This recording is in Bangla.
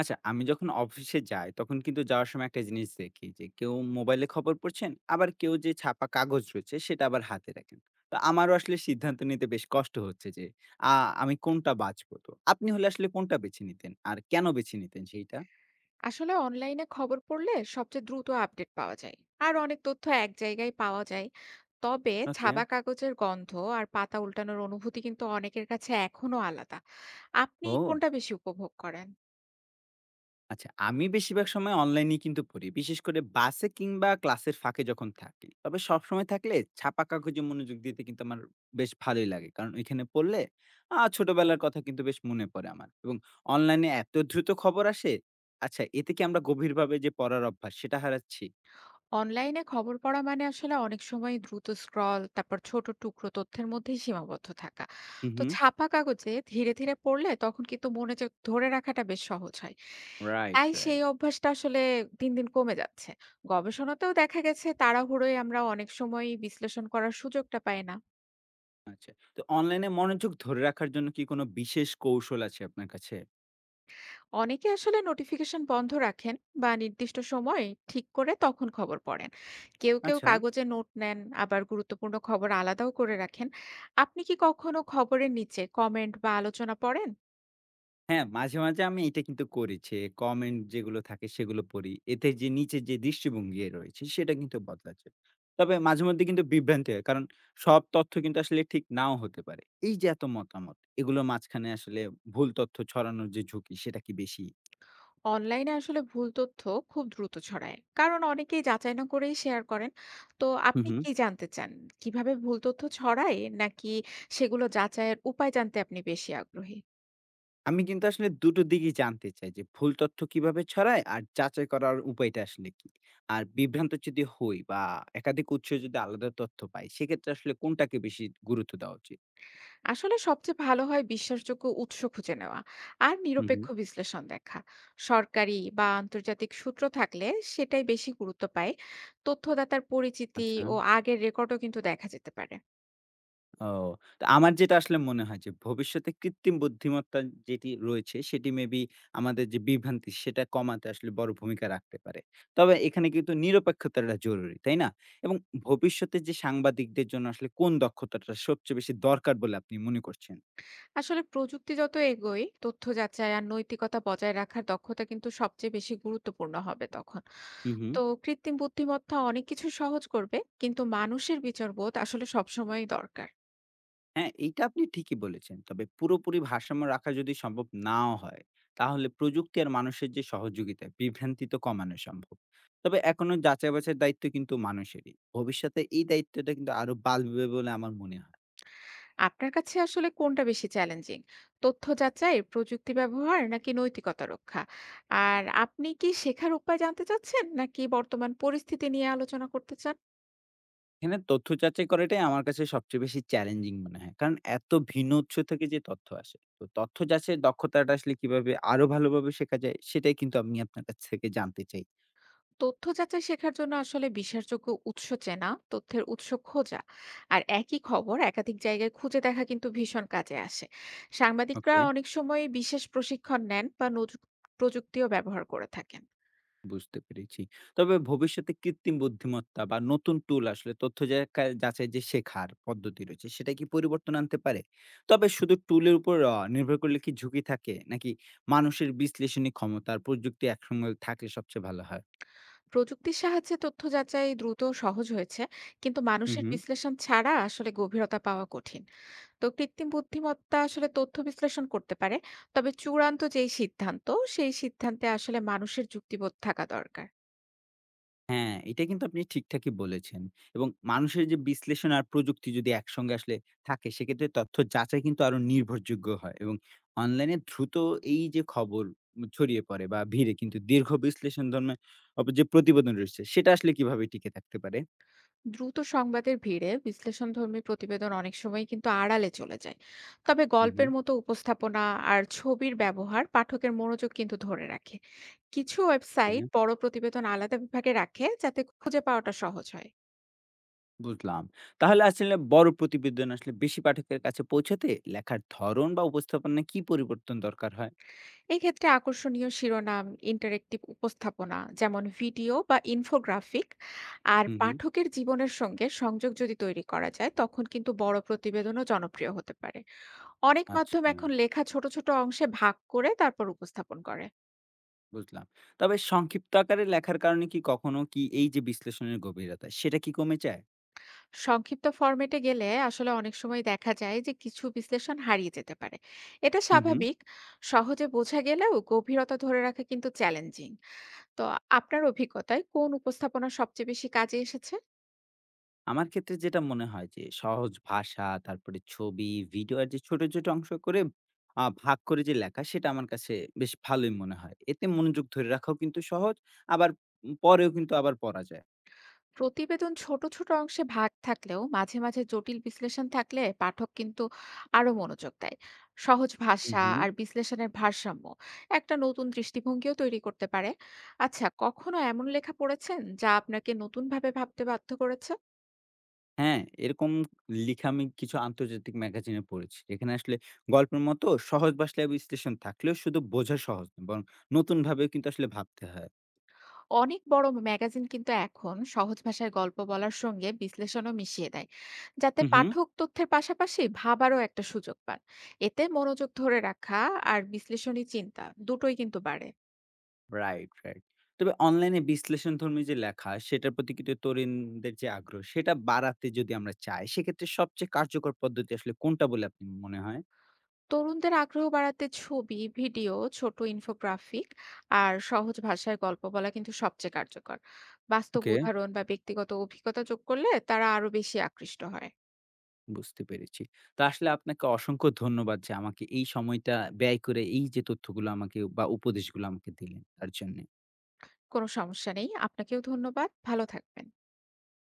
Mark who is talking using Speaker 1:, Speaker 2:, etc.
Speaker 1: আচ্ছা, আমি যখন অফিসে যাই, তখন কিন্তু যাওয়ার সময় একটা জিনিস দেখি যে, কেউ মোবাইলে খবর পড়ছেন, আবার কেউ যে ছাপা কাগজ রয়েছে, সেটা আবার হাতে রাখেন। তো আমারও আসলে সিদ্ধান্ত নিতে বেশ কষ্ট হচ্ছে যে, আ আমি কোনটা বাছবো তো? আপনি হলে আসলে কোনটা বেছে নিতেন? আর কেন বেছে নিতেন সেইটা?
Speaker 2: আসলে অনলাইনে খবর পড়লে সবচেয়ে দ্রুত আপডেট পাওয়া যায়, আর অনেক তথ্য এক জায়গায় পাওয়া যায়। তবে
Speaker 1: ওকে।
Speaker 2: ছাপা কাগজের গন্ধ আর পাতা উল্টানোর অনুভূতি কিন্তু অনেকের কাছে এখনো আলাদা। আপনি
Speaker 1: ও!
Speaker 2: কোনটা বেশি উপভোগ করেন?
Speaker 1: আচ্ছা, আমি বেশিরভাগ সময় অনলাইনেই কিন্তু পড়ি। বিশেষ করে বাসে কিংবা ক্লাসের ফাঁকে যখন থাকি। তবে সবসময় থাকলে ছাপা কাগজে মনোযোগ দিতে কিন্তু আমার বেশ ভালোই লাগে। কারণ ওইখানে পড়লে ছোটবেলার কথা কিন্তু বেশ মনে পড়ে আমার। এবং অনলাইনে এত দ্রুত খবর আসে। আচ্ছা, এতে কি আমরা গভীরভাবে যে পড়ার অভ্যাস সেটা হারাচ্ছি?
Speaker 2: অনলাইনে খবর পড়া মানে আসলে অনেক সময় দ্রুত স্ক্রল, তারপর ছোট টুকরো তথ্যের মধ্যেই সীমাবদ্ধ থাকা।
Speaker 1: হুম,
Speaker 2: তো
Speaker 1: হুম।
Speaker 2: ছাপা কাগজে ধীরে ধীরে পড়লে তখন কিন্তু মনে যে ধরে রাখাটা বেশ সহজ হয়।
Speaker 1: রাইট,
Speaker 2: তাই সেই
Speaker 1: রাইট।
Speaker 2: অভ্যাসটা আসলে দিন দিন কমে যাচ্ছে। গবেষণাতেও দেখা গেছে, তাড়াহুড়োয় আমরা অনেক সময় বিশ্লেষণ করার সুযোগটা পাই না।
Speaker 1: আচ্ছা। তো অনলাইনে মনোযোগ ধরে রাখার জন্য কি কোনো বিশেষ কৌশল আছে আপনার কাছে?
Speaker 2: অনেকে আসলে নোটিফিকেশন বন্ধ রাখেন বা নির্দিষ্ট সময় ঠিক করে তখন খবর পড়েন। কেউ কেউ
Speaker 1: আচ্ছা।
Speaker 2: কাগজে নোট নেন, আবার গুরুত্বপূর্ণ খবর আলাদাও করে রাখেন। আপনি কি কখনো খবরের নিচে কমেন্ট বা আলোচনা পড়েন?
Speaker 1: হ্যাঁ, মাঝে, মাঝে আমি এটা কিন্তু করেছি। কমেন্ট যেগুলো থাকে সেগুলো পড়ি। এতে যে নিচে যে দৃষ্টিভঙ্গি রয়েছে সেটা কিন্তু বদলাচ্ছে। তবে মাঝে মধ্যে কিন্তু বিভ্রান্তি হয়। কারণ সব তথ্য কিন্তু আসলে ঠিক নাও হতে পারে। এই যে এত মতামত, এগুলোর মাঝখানে আসলে ভুল তথ্য ছড়ানোর যে ঝুঁকি সেটা কি বেশি?
Speaker 2: অনলাইনে আসলে ভুল তথ্য খুব দ্রুত ছড়ায়, কারণ অনেকেই যাচাই না করেই শেয়ার করেন। তো
Speaker 1: হুম,
Speaker 2: আপনি
Speaker 1: হুম।
Speaker 2: কি জানতে চান কিভাবে ভুল তথ্য ছড়ায়, নাকি সেগুলো যাচাইয়ের উপায় জানতে আপনি বেশি আগ্রহী?
Speaker 1: আমি কিন্তু আসলে দুটো দিকই জানতে চাই যে ভুল তথ্য কিভাবে ছড়ায় আর যাচাই করার উপায়টা আসলে কি? আর বিভ্রান্ত যদি হই বা একাধিক উৎস যদি আলাদা তথ্য পাই সেক্ষেত্রে আসলে কোনটাকে বেশি গুরুত্ব দেওয়া উচিত?
Speaker 2: আসলে সবচেয়ে ভালো হয় বিশ্বাসযোগ্য উৎস খুঁজে নেওয়া আর
Speaker 1: হুম,
Speaker 2: নিরপেক্ষ
Speaker 1: হুম।
Speaker 2: বিশ্লেষণ দেখা। সরকারি বা আন্তর্জাতিক সূত্র থাকলে সেটাই বেশি গুরুত্ব পায়। তথ্যদাতার পরিচিতি
Speaker 1: আচ্ছা।
Speaker 2: ও আগের রেকর্ডও কিন্তু দেখা যেতে পারে।
Speaker 1: ও তো আমার যেটা আসলে মনে হয় যে ভবিষ্যতে কৃত্রিম বুদ্ধিমত্তা যেটি রয়েছে সেটি মেবি আমাদের যে বিভ্রান্তি সেটা কমাতে আসলে বড় ভূমিকা রাখতে পারে। তবে এখানে কিন্তু নিরপেক্ষতাটা জরুরি, তাই না? এবং ভবিষ্যতে যে সাংবাদিকদের জন্য আসলে কোন দক্ষতাটা সবচেয়ে বেশি দরকার বলে আপনি মনে করছেন?
Speaker 2: আসলে প্রযুক্তি যত এগোয়, তথ্য যাচাই আর নৈতিকতা বজায় রাখার দক্ষতা কিন্তু সবচেয়ে বেশি গুরুত্বপূর্ণ হবে তখন।
Speaker 1: হু, হু।
Speaker 2: তো কৃত্রিম বুদ্ধিমত্তা অনেক কিছু সহজ করবে, কিন্তু মানুষের বিচারবোধ আসলে সবসময়ই দরকার।
Speaker 1: হ্যাঁ, এইটা আপনি ঠিকই বলেছেন। তবে পুরোপুরি ভারসাম্য রাখা যদি সম্ভব নাও হয়, তাহলে প্রযুক্তি আর মানুষের যে সহযোগিতা, বিভ্রান্তি তো কমানো সম্ভব। তবে এখনো যাচাই-বাছাইয়ের দায়িত্ব কিন্তু মানুষেরই। ভবিষ্যতে এই দায়িত্বটা কিন্তু আরো বাড়বে বলে আমার মনে হয়।
Speaker 2: আপনার কাছে আসলে কোনটা বেশি চ্যালেঞ্জিং? তথ্য যাচাই, প্রযুক্তি ব্যবহার নাকি নৈতিকতা রক্ষা? আর আপনি কি শেখার উপায় জানতে চাচ্ছেন, নাকি বর্তমান পরিস্থিতি নিয়ে আলোচনা করতে চান?
Speaker 1: এখানে তথ্য যাচাই করাটাই আমার কাছে সবচেয়ে বেশি চ্যালেঞ্জিং মনে হয়। কারণ এত ভিন্ন উৎস থেকে যে তথ্য আসে। তো তথ্য যাচাইয়ের দক্ষতাটা আসলে কিভাবে আরো ভালোভাবে শেখা যায়, সেটাই কিন্তু আমি আপনার কাছ থেকে জানতে চাই।
Speaker 2: তথ্য যাচাই শেখার জন্য আসলে বিশ্বাসযোগ্য উৎস চেনা, তথ্যের উৎস খোঁজা আর একই খবর একাধিক জায়গায় খুঁজে দেখা কিন্তু ভীষণ কাজে আসে। সাংবাদিকরা
Speaker 1: ওকে।
Speaker 2: অনেক সময় বিশেষ প্রশিক্ষণ নেন বা নজু প্রযুক্তিও ব্যবহার করে থাকেন।
Speaker 1: বুঝতে পেরেছি। তবে ভবিষ্যতে কৃত্রিম বুদ্ধিমত্তা বা নতুন টুল আসলে তথ্য যাচাই যে শেখার পদ্ধতি রয়েছে, সেটা কি পরিবর্তন আনতে পারে? তবে শুধু টুলের উপর নির্ভর করলে কি ঝুঁকি থাকে? নাকি মানুষের বিশ্লেষণী ক্ষমতা আর প্রযুক্তি একসঙ্গে থাকলে সবচেয়ে ভালো হয়?
Speaker 2: প্রযুক্তির সাহায্যে তথ্য যাচাই দ্রুত ও সহজ হয়েছে, কিন্তু
Speaker 1: হু,
Speaker 2: মানুষের
Speaker 1: হু।
Speaker 2: বিশ্লেষণ ছাড়া আসলে গভীরতা পাওয়া কঠিন। তো কৃত্রিম বুদ্ধিমত্তা আসলে তথ্য বিশ্লেষণ করতে পারে, তবে চূড়ান্ত যেই সিদ্ধান্ত, সেই সিদ্ধান্তে আসলে মানুষের যুক্তিবোধ থাকা দরকার।
Speaker 1: হ্যাঁ, এটা কিন্তু আপনি ঠিকঠাকই বলেছেন। এবং মানুষের যে বিশ্লেষণ আর প্রযুক্তি যদি একসঙ্গে আসলে থাকে, সেক্ষেত্রে তথ্য যাচাই কিন্তু আরো নির্ভরযোগ্য হয় এবং অনলাইনে দ্রুত এই যে খবর ছড়িয়ে পড়ে বা ভিড়ে কিন্তু দীর্ঘ বিশ্লেষণ ধর্মে যে প্রতিবেদন রয়েছে, সেটা আসলে কিভাবে টিকে থাকতে পারে?
Speaker 2: দ্রুত সংবাদের ভিড়ে বিশ্লেষণধর্মী প্রতিবেদন অনেক সময় কিন্তু আড়ালে চলে যায়। তবে
Speaker 1: হুম, হুম।
Speaker 2: গল্পের মতো উপস্থাপনা আর ছবির ব্যবহার পাঠকের মনোযোগ কিন্তু ধরে রাখে। কিছু ওয়েবসাইট
Speaker 1: হ্যাঁ,
Speaker 2: বড় প্রতিবেদন আলাদা বিভাগে রাখে, যাতে খুঁজে পাওয়াটা সহজ হয়।
Speaker 1: বুঝলাম। তাহলে আসলে বড় প্রতিবেদন আসলে বেশি পাঠকের কাছে পৌঁছাতে লেখার ধরন বা উপস্থাপনায় কি পরিবর্তন দরকার হয়?
Speaker 2: এক্ষেত্রে আকর্ষণীয় শিরোনাম, ইন্টারেক্টিভ উপস্থাপনা যেমন ভিডিও বা ইনফোগ্রাফিক, আর
Speaker 1: হুম, হুম।
Speaker 2: পাঠকের জীবনের সঙ্গে সংযোগ যদি তৈরি করা যায়, তখন কিন্তু বড় প্রতিবেদনও জনপ্রিয় হতে পারে। অনেক
Speaker 1: আচ্ছা।
Speaker 2: মাধ্যম এখন লেখা ছোট, ছোট অংশে ভাগ করে তারপর উপস্থাপন করে।
Speaker 1: বুঝলাম। তবে সংক্ষিপ্ত আকারে লেখার কারণে কি কখনো কি এই যে বিশ্লেষণের গভীরতা সেটা কি কমে যায়?
Speaker 2: সংক্ষিপ্ত ফরম্যাটে গেলে আসলে অনেক সময় দেখা যায় যে কিছু বিশ্লেষণ হারিয়ে যেতে পারে। এটা
Speaker 1: হুম, হুম।
Speaker 2: স্বাভাবিক। সহজে বোঝা গেলেও গভীরতা ধরে রাখা কিন্তু চ্যালেঞ্জিং। তো আপনার অভিজ্ঞতায় কোন উপস্থাপনা সবচেয়ে বেশি কাজে এসেছে?
Speaker 1: আমার ক্ষেত্রে যেটা মনে হয় যে সহজ ভাষা, তারপরে ছবি, ভিডিও আর যে ছোট, ছোট অংশ করে ভাগ করে যে লেখা সেটা আমার কাছে বেশ ভালোই মনে হয়। এতে মনোযোগ ধরে রাখাও কিন্তু সহজ আবার পরেও কিন্তু আবার পড়া যায়।
Speaker 2: প্রতিবেদন ছোট ছোট অংশে ভাগ থাকলেও মাঝে মাঝে জটিল বিশ্লেষণ থাকলে পাঠক কিন্তু আরো মনোযোগ দেয়। সহজ
Speaker 1: হুম,
Speaker 2: ভাষা
Speaker 1: হুম।
Speaker 2: আর বিশ্লেষণের ভারসাম্য একটা নতুন দৃষ্টিভঙ্গিও তৈরি করতে পারে। আচ্ছা, কখনো এমন লেখা পড়েছেন যা আপনাকে নতুনভাবে ভাবতে বাধ্য করেছে?
Speaker 1: হ্যাঁ, এরকম লিখা আমি কিছু আন্তর্জাতিক ম্যাগাজিনে পড়েছি। এখানে আসলে গল্পের মতো সহজ ভাষায় বিশ্লেষণ থাকলেও শুধু বোঝা সহজ না বরং নতুনভাবেও কিন্তু আসলে ভাবতে হয়।
Speaker 2: অনেক বড় ম্যাগাজিন কিন্তু এখন সহজ ভাষায় গল্প বলার সঙ্গে বিশ্লেষণও মিশিয়ে দেয়, যাতে
Speaker 1: হুম, হুম।
Speaker 2: পাঠক তথ্যের পাশাপাশি ভাবারও একটা সুযোগ পান। এতে মনোযোগ ধরে রাখা আর বিশ্লেষণী চিন্তা দুটোই কিন্তু বাড়ে।
Speaker 1: Right, right. তবে অনলাইনে বিশ্লেষণধর্মী যে লেখা, সেটার প্রতি কিন্তু তরুণদের যে আগ্রহ, সেটা বাড়াতে যদি আমরা চাই, সেক্ষেত্রে সবচেয়ে কার্যকর পদ্ধতি আসলে কোনটা বলে আপনি মনে হয়?
Speaker 2: তরুণদের আগ্রহ বাড়াতে ছবি, ভিডিও, ছোট ইনফোগ্রাফিক আর সহজ ভাষায় গল্প বলা কিন্তু সবচেয়ে কার্যকর। বাস্তব
Speaker 1: ওকে,
Speaker 2: উদাহরণ বা ব্যক্তিগত অভিজ্ঞতা যোগ করলে তারা আরো বেশি আকৃষ্ট হয়।
Speaker 1: বুঝতে পেরেছি। তো আসলে আপনাকে অসংখ্য ধন্যবাদ যে আমাকে এই সময়টা ব্যয় করে এই যে তথ্যগুলো আমাকে বা উপদেশগুলো আমাকে দিলেন তার জন্য।
Speaker 2: কোনো সমস্যা নেই। আপনাকেও ধন্যবাদ। ভালো থাকবেন।